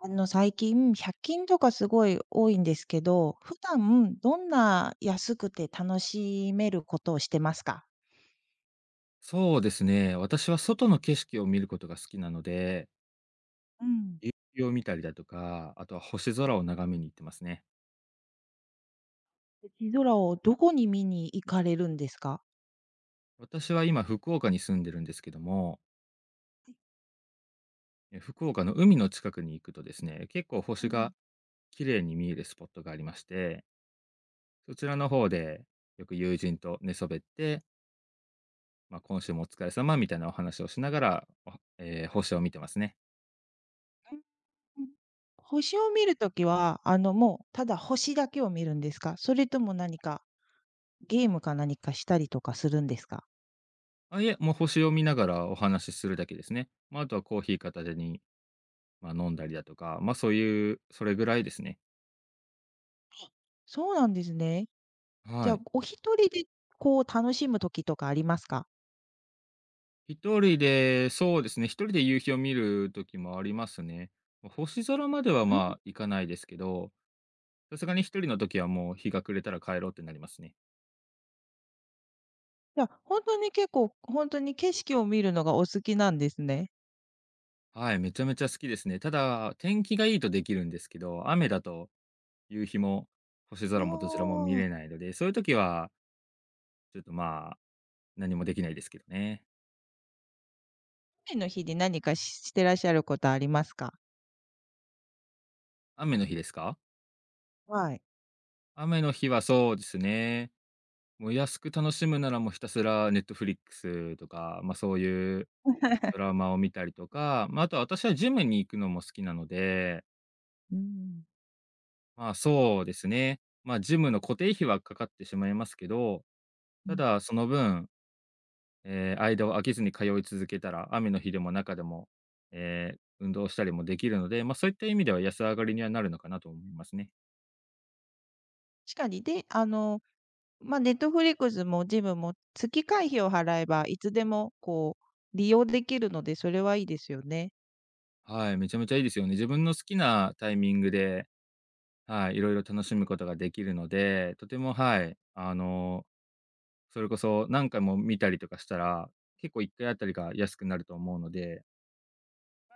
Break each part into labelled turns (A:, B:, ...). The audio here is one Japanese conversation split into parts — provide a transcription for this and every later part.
A: あの、最近、100均とかすごい多いんですけど、普段どんな安くて楽しめることをしてますか？
B: そうですね。私は外の景色を見ることが好きなので、
A: うん。
B: 夕日を見たりだとか、あとは星空を眺めに行ってますね。
A: 星空をどこに見に行かれるんですか？
B: 私は今福岡に住んでるんですけども、福岡の海の近くに行くとですね、結構星が綺麗に見えるスポットがありまして、そちらの方でよく友人と寝そべって、まあ、今週もお疲れ様みたいなお話をしながら、おええ、星を見てますね。
A: うんうんうん。星を見るときは、あの、もう、ただ星だけを見るんですか？それとも何かゲームか何かしたりとかするんですか？
B: あ、いえ、もう星を見ながらお話しするだけですね。まあ、あとはコーヒー片手にまあ、飲んだりだとか、ま、あそういう、それぐらいですね。
A: そうなんですね。じ
B: は
A: ゃあ、
B: い。
A: お一人で、こう、楽しむときとかありますか？
B: 一人で、そうですね、一人で夕日を見る時もありますね。ま星空までは、まあ、行かないですけど、さすがに一人の時はもう日が暮れたら帰ろうってなりますね。
A: いやほんとに結構、ほんとに景色を見るのがお好きなんですね。
B: はい、めちゃめちゃ好きですね。ただ、天気がいいとできるんですけど、雨だと夕日も星
A: あ
B: 空もどちらも見
A: あ。
B: れないので、そういう時はちょっと、まあ、何もできないですけどね。
A: 雨の日で何かしてらっしゃることありますか？
B: 雨の日ですか？
A: はい。
B: 雨の日はそうですね。もう安く楽しむなら、もうひたすらネットフリックスとか、ま、そういうドラマを見たりとか、ま、ああとは私はジムに行くのも好きなので、
A: うーん、
B: ま、そうですね、ま、ジムの固定費はかかってしまいますけど、
A: う
B: た
A: ん。
B: だその分、間を空けずに通い続けたら、雨の日でも中でも、運動したりもできるので、ま、そういった意味では安上がりにはなるのかなと思いますね。
A: 確かに、で、あの、ま、Netflix もジムも月会費を払えば、いつでもこう利用できるので、それはいいですよね。
B: はい、めちゃめちゃいいですよね。自分の好きなタイミングではい、いろいろ楽しむことができるので、とても、はい、あの、それこそ何回も見たりとかしたら、結構1回あたりが安くなると思うので、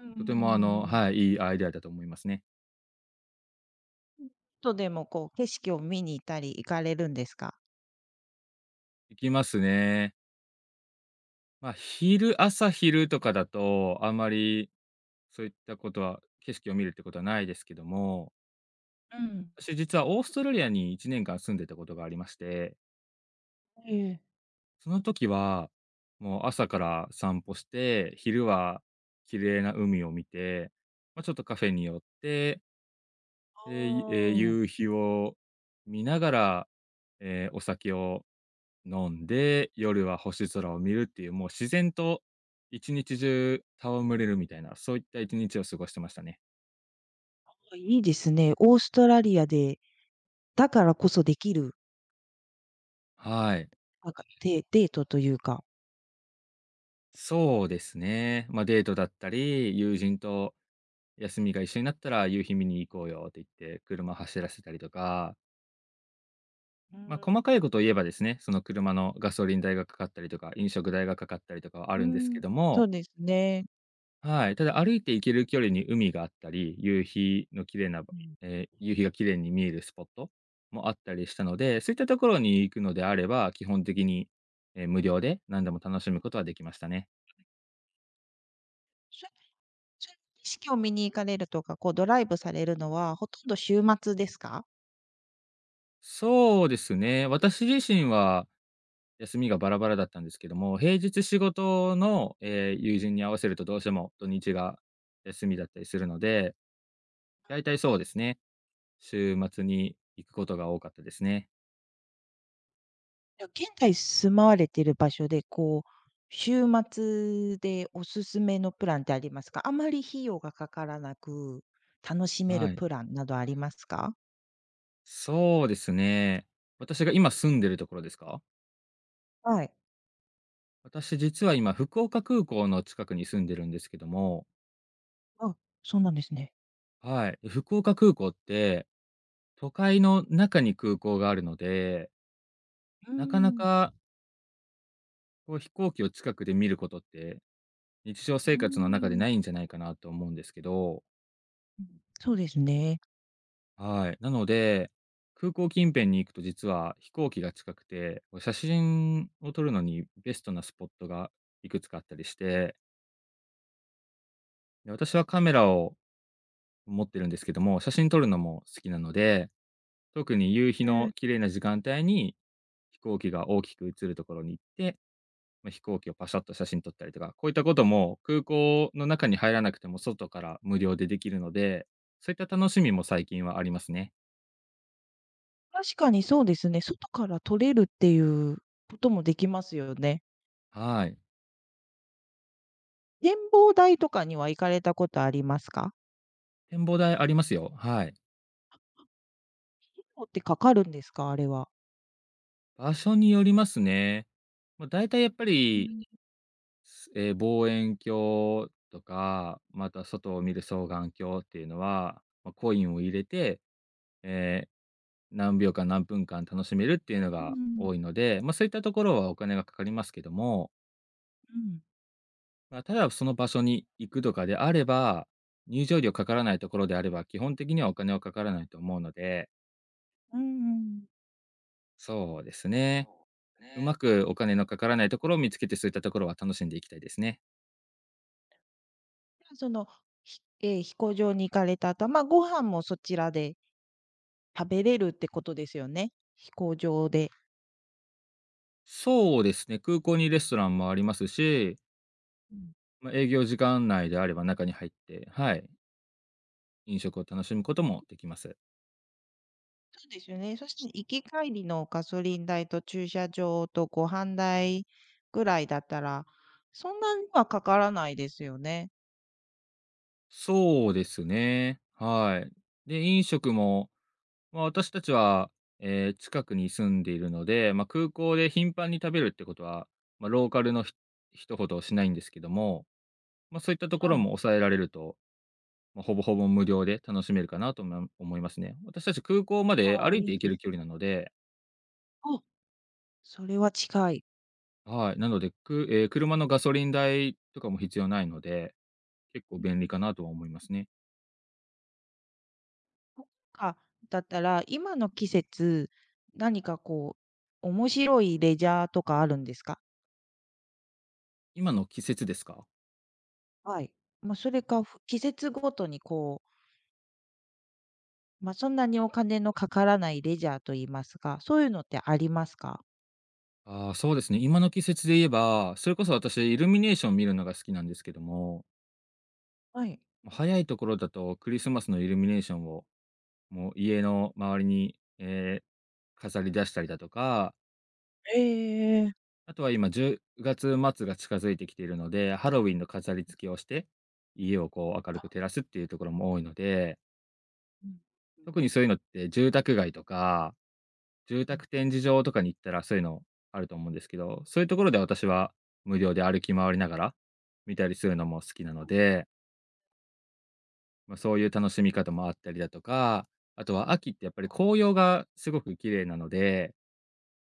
A: うんうんうんう
B: とてもあの、
A: ん。
B: はい、いいアイデアだと思いますね。
A: とでもこう景色を見に行ったり行かれるんですか？
B: 行きますね。まあ、昼朝昼とかだと、あんまりそういったことは景色を見るってことはないですけども、
A: うん、
B: 私実はオーストラリアに1年間住んでたことがありまして、
A: ええ。
B: その時は、もう朝から散歩して、昼は綺麗な海を見て、まあ、ちょっとカフェに寄って、
A: あ
B: え、いえ、
A: あ、
B: 夕日を見ながら、え、お酒を飲んで、夜は星空を見るっていう、もう自然と一日中戯れるみたいな、そういった一日を過ごしてましたね。
A: いいですね。オーストラリアで、だからこそできる
B: はい。
A: なんか、デートというか。
B: そうですね。まあ、デートだったり、友人と休みが一緒になったら、夕日見に行こうよって言って、車走らせたりとか、
A: うー
B: まあ、
A: ん、
B: 細かいことを言えばですね、その車のガソリン代がかかったりとか、飲食代がかかったりとかはあ
A: うー
B: るんですけ
A: ん。
B: ど
A: そ
B: も、
A: うですね。
B: はい、ただ歩いて行ける距離に海があったり、夕日の綺麗なば
A: うん。
B: 夕日が綺麗に見えるスポットもあったりしたので、そういったところに行くのであれば、基本的に、え、無料で何でも楽しむことはできましたね。
A: そその景色を見に行かれるとか、こうドライブされるのは、ほとんど週末ですか？
B: そうですね、私自身は休みがバラバラだったんですけども、平日仕事の、友人に合わせるとどうしても土日が休みだったりするので大体そうですね。週末に行くことが多かったですね。
A: いや、現在住まわれてる場所で、こう、週末でおすすめのプランってありますか？あまり費用がかからなく、楽しめる
B: はい。
A: プランなどありますか？
B: そうですね。私が今住んでるところですか？
A: はい。
B: 私実は今福岡空港の近くに住んでるんですけども、
A: あ、そうなんですね。
B: はい。福岡空港って、都会の中に空港があるので、
A: うー
B: なかな
A: ん、
B: かこう飛行機を近くで見ることって、日常
A: うー
B: 生活の中で
A: ん。
B: ないんじゃないかなと思うんですけど、
A: うん、そうですね。
B: はい。なので、空港近辺に行くと実は飛行機が近くて、こう写真を撮るのにベストなスポットがいくつかあったりして、で、私はカメラを持ってるんですけども、写真撮るのも好きなので、特に夕日
A: え
B: の
A: え。
B: 綺麗な時間帯に飛行機が大きく映るところに行って、ま、飛行機をパシャッと写真撮ったりとか、こういったことも空港の中に入らなくても外から無料でできるので、そういった楽しみも最近はありますね。
A: 確かにそうですね。外から撮れるっていうこともできますよね。
B: はい。
A: 展望台とかには行かれたことありますか？
B: 展望台ありますよ。はい。
A: 結構ってかかるんですか？あれは。
B: 場所によりますね。まあ、大体やっぱ
A: う
B: り、
A: ん。
B: す望遠鏡とか、また外を見る双眼鏡っていうのは、まあ、コインを入れて、え何秒間何分間楽しめるっていう
A: う
B: のが多
A: ん。
B: いので、まあ、そういったところはお金がかかりますけども、
A: うん。
B: まあ、ただその場所に行くとかであれば、入場料かからないところであれば、基本的にはお金はかからないと思うので、
A: うんうんうん。
B: そうですね。うまくお金のかからないところを見つけて、そういったところは楽しんでいきたいですね。
A: じゃあその、ひええ、飛行場に行かれた後、ま、ご飯もそちらで食べれるってことですよね？飛行場で。
B: そうですね、空港にレストランもありますし、
A: うん。
B: まあ、営業時間内であれば中に入って、はい、飲食を楽しむこともできます。
A: そうですよね。そして行き帰りのガソリン代と駐車場とご飯代ぐらいだったら、そんなにはかからないですよね。
B: そうですね、はい。で、飲食も、まあ、私たちは、近くに住んでいるので、まあ、空港で頻繁に食べるってことは、まあ、ローカルのひ人ほどしないんですけども、まあ、そういったところ
A: は
B: も
A: い。
B: 抑えられると、まあ、ほぼほぼ無料で楽しめるかなと思いますね。私たち空港まで
A: ああ、
B: 歩い
A: い
B: て
A: い
B: 行け
A: です。
B: る距離なので
A: あ、それは近い。
B: はい、なので、く車のガソリン代とかも必要ないので、結構
A: うん、
B: 便利かなとは思いますね。
A: そっか。だったら、今の季節、何かこう、面白いレジャーとかあるんですか？
B: 今の季節ですか？
A: はい。まあ、それか、季節ごとにこう、まあ、そんなにお金のかからないレジャーと言いますか、そういうのってありますか？
B: ああ、そうですね、今の季節で言えば、それこそ私イルミネーション見るのが好きなんですけども、
A: はい。
B: ま早いところだとクリスマスのイルミネーションを、もう家の周りに、飾り出したりだとか、
A: ええええ。
B: あとは今10月末が近づいてきているので、ハロウィンの飾り付けをして、家をこう明るく照らすっていうところも多いので、
A: うん。う
B: 特
A: ん。
B: にそういうのって住宅街とか住
A: うん。
B: 宅展示場とかに行ったらそういうのあると思うんですけど、そういうところで私は無料で歩き回りながら見たりするのも好きなので、まあ、そういう楽しみ方もあったりだとか、あとは秋ってやっぱり紅葉がすごく綺麗なので、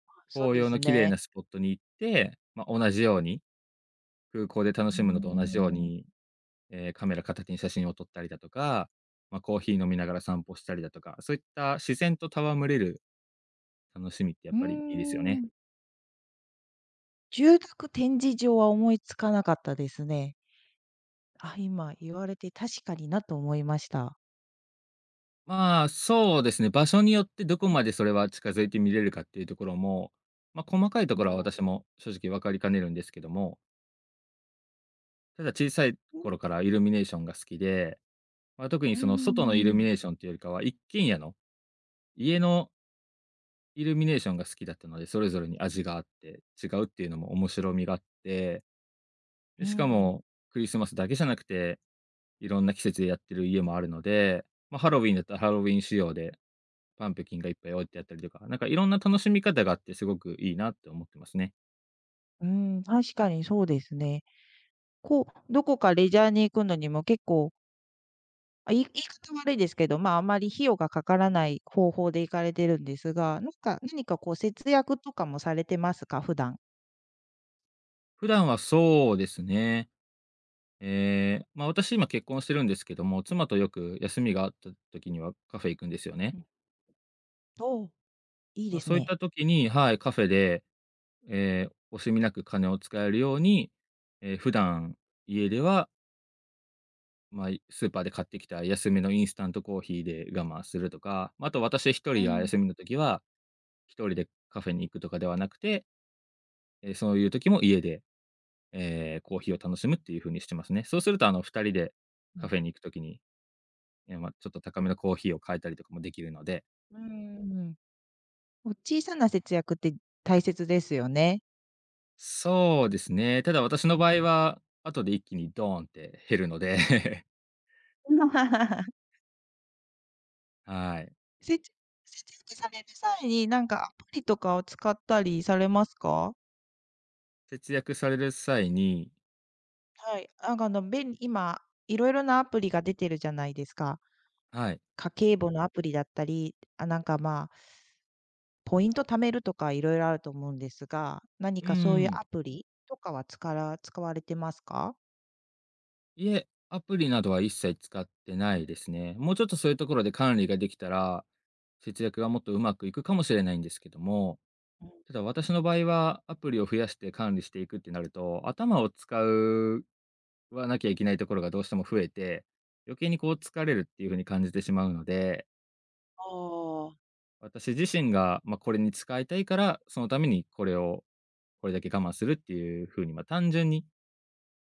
A: あ、そう
B: 紅
A: で
B: 葉
A: す
B: の綺麗な
A: ね。
B: スポットに行って、まあ、同じように、空港で楽
A: うー
B: しむのと同じよう
A: ん。
B: に、カメラ片手に写真を撮ったりだとか、まあ、コーヒー飲みながら散歩したりだとか、そういった自然と戯れる楽しみってや
A: う
B: っ
A: ー
B: ぱりいいですよね。
A: ん。住宅展示場は思いつかなかったですね。あ、今言われて確かになと思いました。
B: まあ、そうですね、場所によってどこまでそれは近づいて見れるかっていうところも、まあ、細かいと
A: う
B: ころは
A: ん。
B: 私も正直分かりかねるんですけども、ただ小さい頃からイルミネーションが好きで、まあ、特に
A: う
B: その外のイルミ
A: ん。
B: ネーションっていうよりかは、一軒家の、家のイルミネーションが好きだったので、それぞれに味があって違うっていうのも面白みがあって、で、
A: う
B: しか
A: ん。
B: もクリスマスだけじゃなくて、いろんな季節でやってる家もあるので、まあ、ハロウィンだったらハロウィン仕様でパンプキンがいっぱい置いてあったりとか、なんかいろんな楽しみ方があってすごくいいなって思ってますね。
A: うん、確かにそうですね。こう、どこかレジャーに行くのにも結構、あ、言い方悪いですけど、まあ、あまり費用がかからない方法で行かれてるんですが、なんか、何かこう節約とかもされてますか？普段。
B: 普段はそうですね。ええ、ま、私今結婚してるんですけども、妻とよく休みがあった時にはカフェ行くんですよね。
A: うん。おお、いい
B: ま
A: で
B: あ、
A: す
B: そういっ
A: ね。
B: た時にはい、カフェで、ええ、惜しみなく金を使えるように、ええ、普段家では、ま、あスーパーで買ってきた安めのインスタントコーヒーで我慢するとか、ま、ああと私一
A: う
B: 人が
A: ん。
B: 休みの時は、一人でカフェに行くとかではなくて、ええ、そういう時も家でコーヒーを楽しむっていう風にしてますね。そうするとあの2人で
A: う
B: カ
A: ん。
B: フェに行くときに、まあ、ちょっと高めのコーヒーを買えたりとかもできるので。
A: うーん。お小さな節約って大切ですよね。
B: そうですね。ただ私
A: う
B: の場
A: ん
B: 合
A: うん
B: は、後で一気にドーンって減るので、はい。
A: 設置設置される際に、なんかアプリとかを使ったりされますか？
B: 節約される際に
A: はい、なんかあの、今、いろいろなアプリが出てるじゃないですか。
B: はい。
A: 家計簿のアプリだったり、あ、なんか、まあ、ポイント貯めるとかいろいろあると思うんですが、何
B: う
A: かそういう
B: ん。
A: アプリとかはつから使われてますか？
B: いえ、アプリなどは一切使ってな
A: う
B: い
A: ん
B: ですね。もうちょっとそういうところで管理ができたら、節約がもっとうまくいくかもしれないんですけども、ただ私の場合は、アプリを増やして管理していくってなると、頭を使うわなきゃいけないところがどうしても増えて、余計にこう疲れるっていう風に感じてしまうので、
A: ああ
B: 私自身が、まあ、これに使いたいから、そのためにこれを、これだけ我慢するっていう風に、まあ、単純に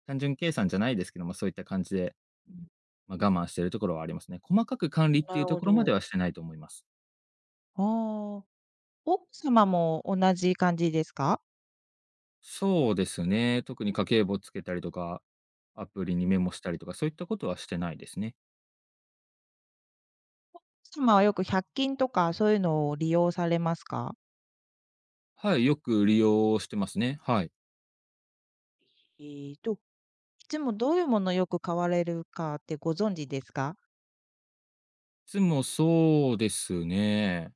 B: 単純計算じゃないですけども、そういった感じで、
A: うん。
B: まあ、我慢してるところはありますね。細かく管理っ
A: あ、
B: て
A: な
B: いう
A: る
B: と
A: ほ
B: ころまで
A: ど。
B: はしてないと思います。
A: ああ、奥様も同じ感じですか？
B: そうですね、特に家計簿つけたりとか、アプリに
A: う
B: メ
A: ん。
B: モしたりとか、そういったことはしてないですね。
A: 奥様はよく百均とかそういうのを利用されますか？
B: はい、よく利用してますね。はい。
A: えーと、いつもどういうものをよく買われるかってご存知ですか？
B: いつもそうですね。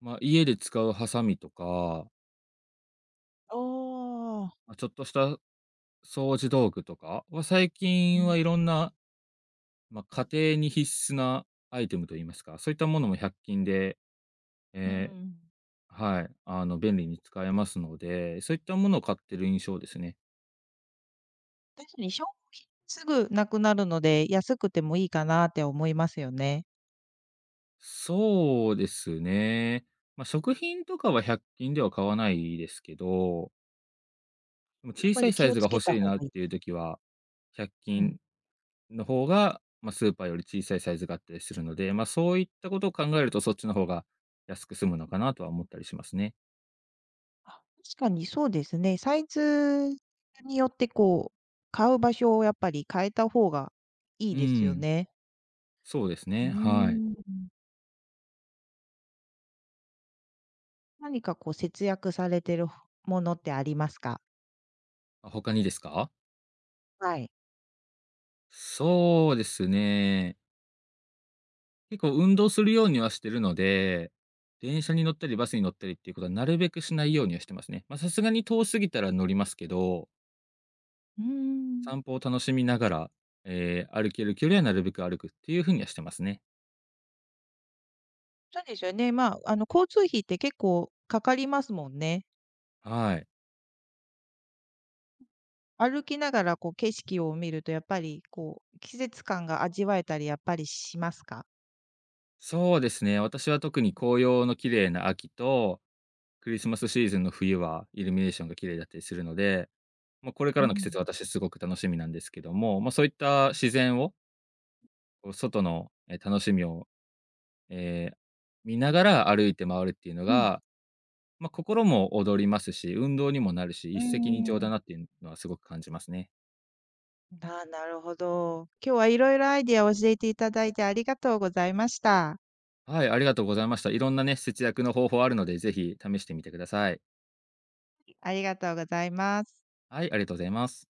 B: まあ、家で使うハサミとか、
A: ああ。
B: まあ、ちょっとした掃除道具とかは、最
A: う
B: 近
A: ん、
B: はいろんな、まあ、家庭に必須なアイテムと言いますか、そういったものも100均で、
A: う
B: えー
A: ん。
B: はい、あの、便利に使えますので、そういったものを買ってる印象ですね。
A: 確かに消品すぐなくなるので、安くてもいいかなって思いますよね。
B: そうですね。まあ、食品とかは100均では買わないですけど、でも
A: やっ
B: 小
A: ぱ
B: さい
A: り
B: サ
A: 気
B: イ
A: を
B: ズが
A: つ
B: 欲
A: けた
B: しい
A: 方
B: なっ
A: がいいで
B: ていう
A: す。
B: 時は、100
A: う
B: 均
A: ん。
B: の方が、まあ、スーパーより小さいサイズがあったりするので、まあ、そういったことを考えると、そっちの方が安く済むのかなとは思ったりしますね。
A: あ。確かにそうですね。サイズによってこう、買う場所をやっぱり変えた方がい
B: う
A: いですよ
B: ん、
A: ね。
B: そうです
A: う
B: ね、はい。
A: ーん。何かこう節約されてるものってありますか？
B: あ、他にですか？
A: はい。
B: そうですね、結構運動するようにはしてるので、電車に乗ったりバスに乗ったりっていうことはなるべくしないようにはしてますね。まあ、さすがに遠すぎたら乗りますけど、
A: うーん。
B: 散歩を楽しみながら、歩ける距離はなるべく歩くっていうふうにはしてますね。
A: そうですよね。まあ、あの、交通費って結構かかりますもんね。
B: はい。
A: 歩きながらこう景色を見るとやっぱりこう、季節感が味わえたりやっぱりしますか？
B: そうですね。私は特に紅葉の綺麗な秋と、クリスマスシーズンの冬はイルミネーションが綺麗だったりするので、まあ、これか
A: う
B: らの季節、
A: ん。
B: 私すごく楽しみなんですけども、まあ、そういった自然を、こう外の、楽しみを、えー見ながら歩いて回るっていうの
A: うん。
B: が、まあ、心も踊りますし、運動にもなるし、
A: うー
B: 一石二鳥だ
A: ん。
B: なっていうのはすごく感じますね。
A: ああ、なるほど。今日はいろいろアイディアを教えていただいてありがとうございました。
B: はい、ありがとうございました。いろんなね、節約の方法あるので、ぜひ試してみてください。
A: ありがとうございます。
B: はい、ありがとうございます。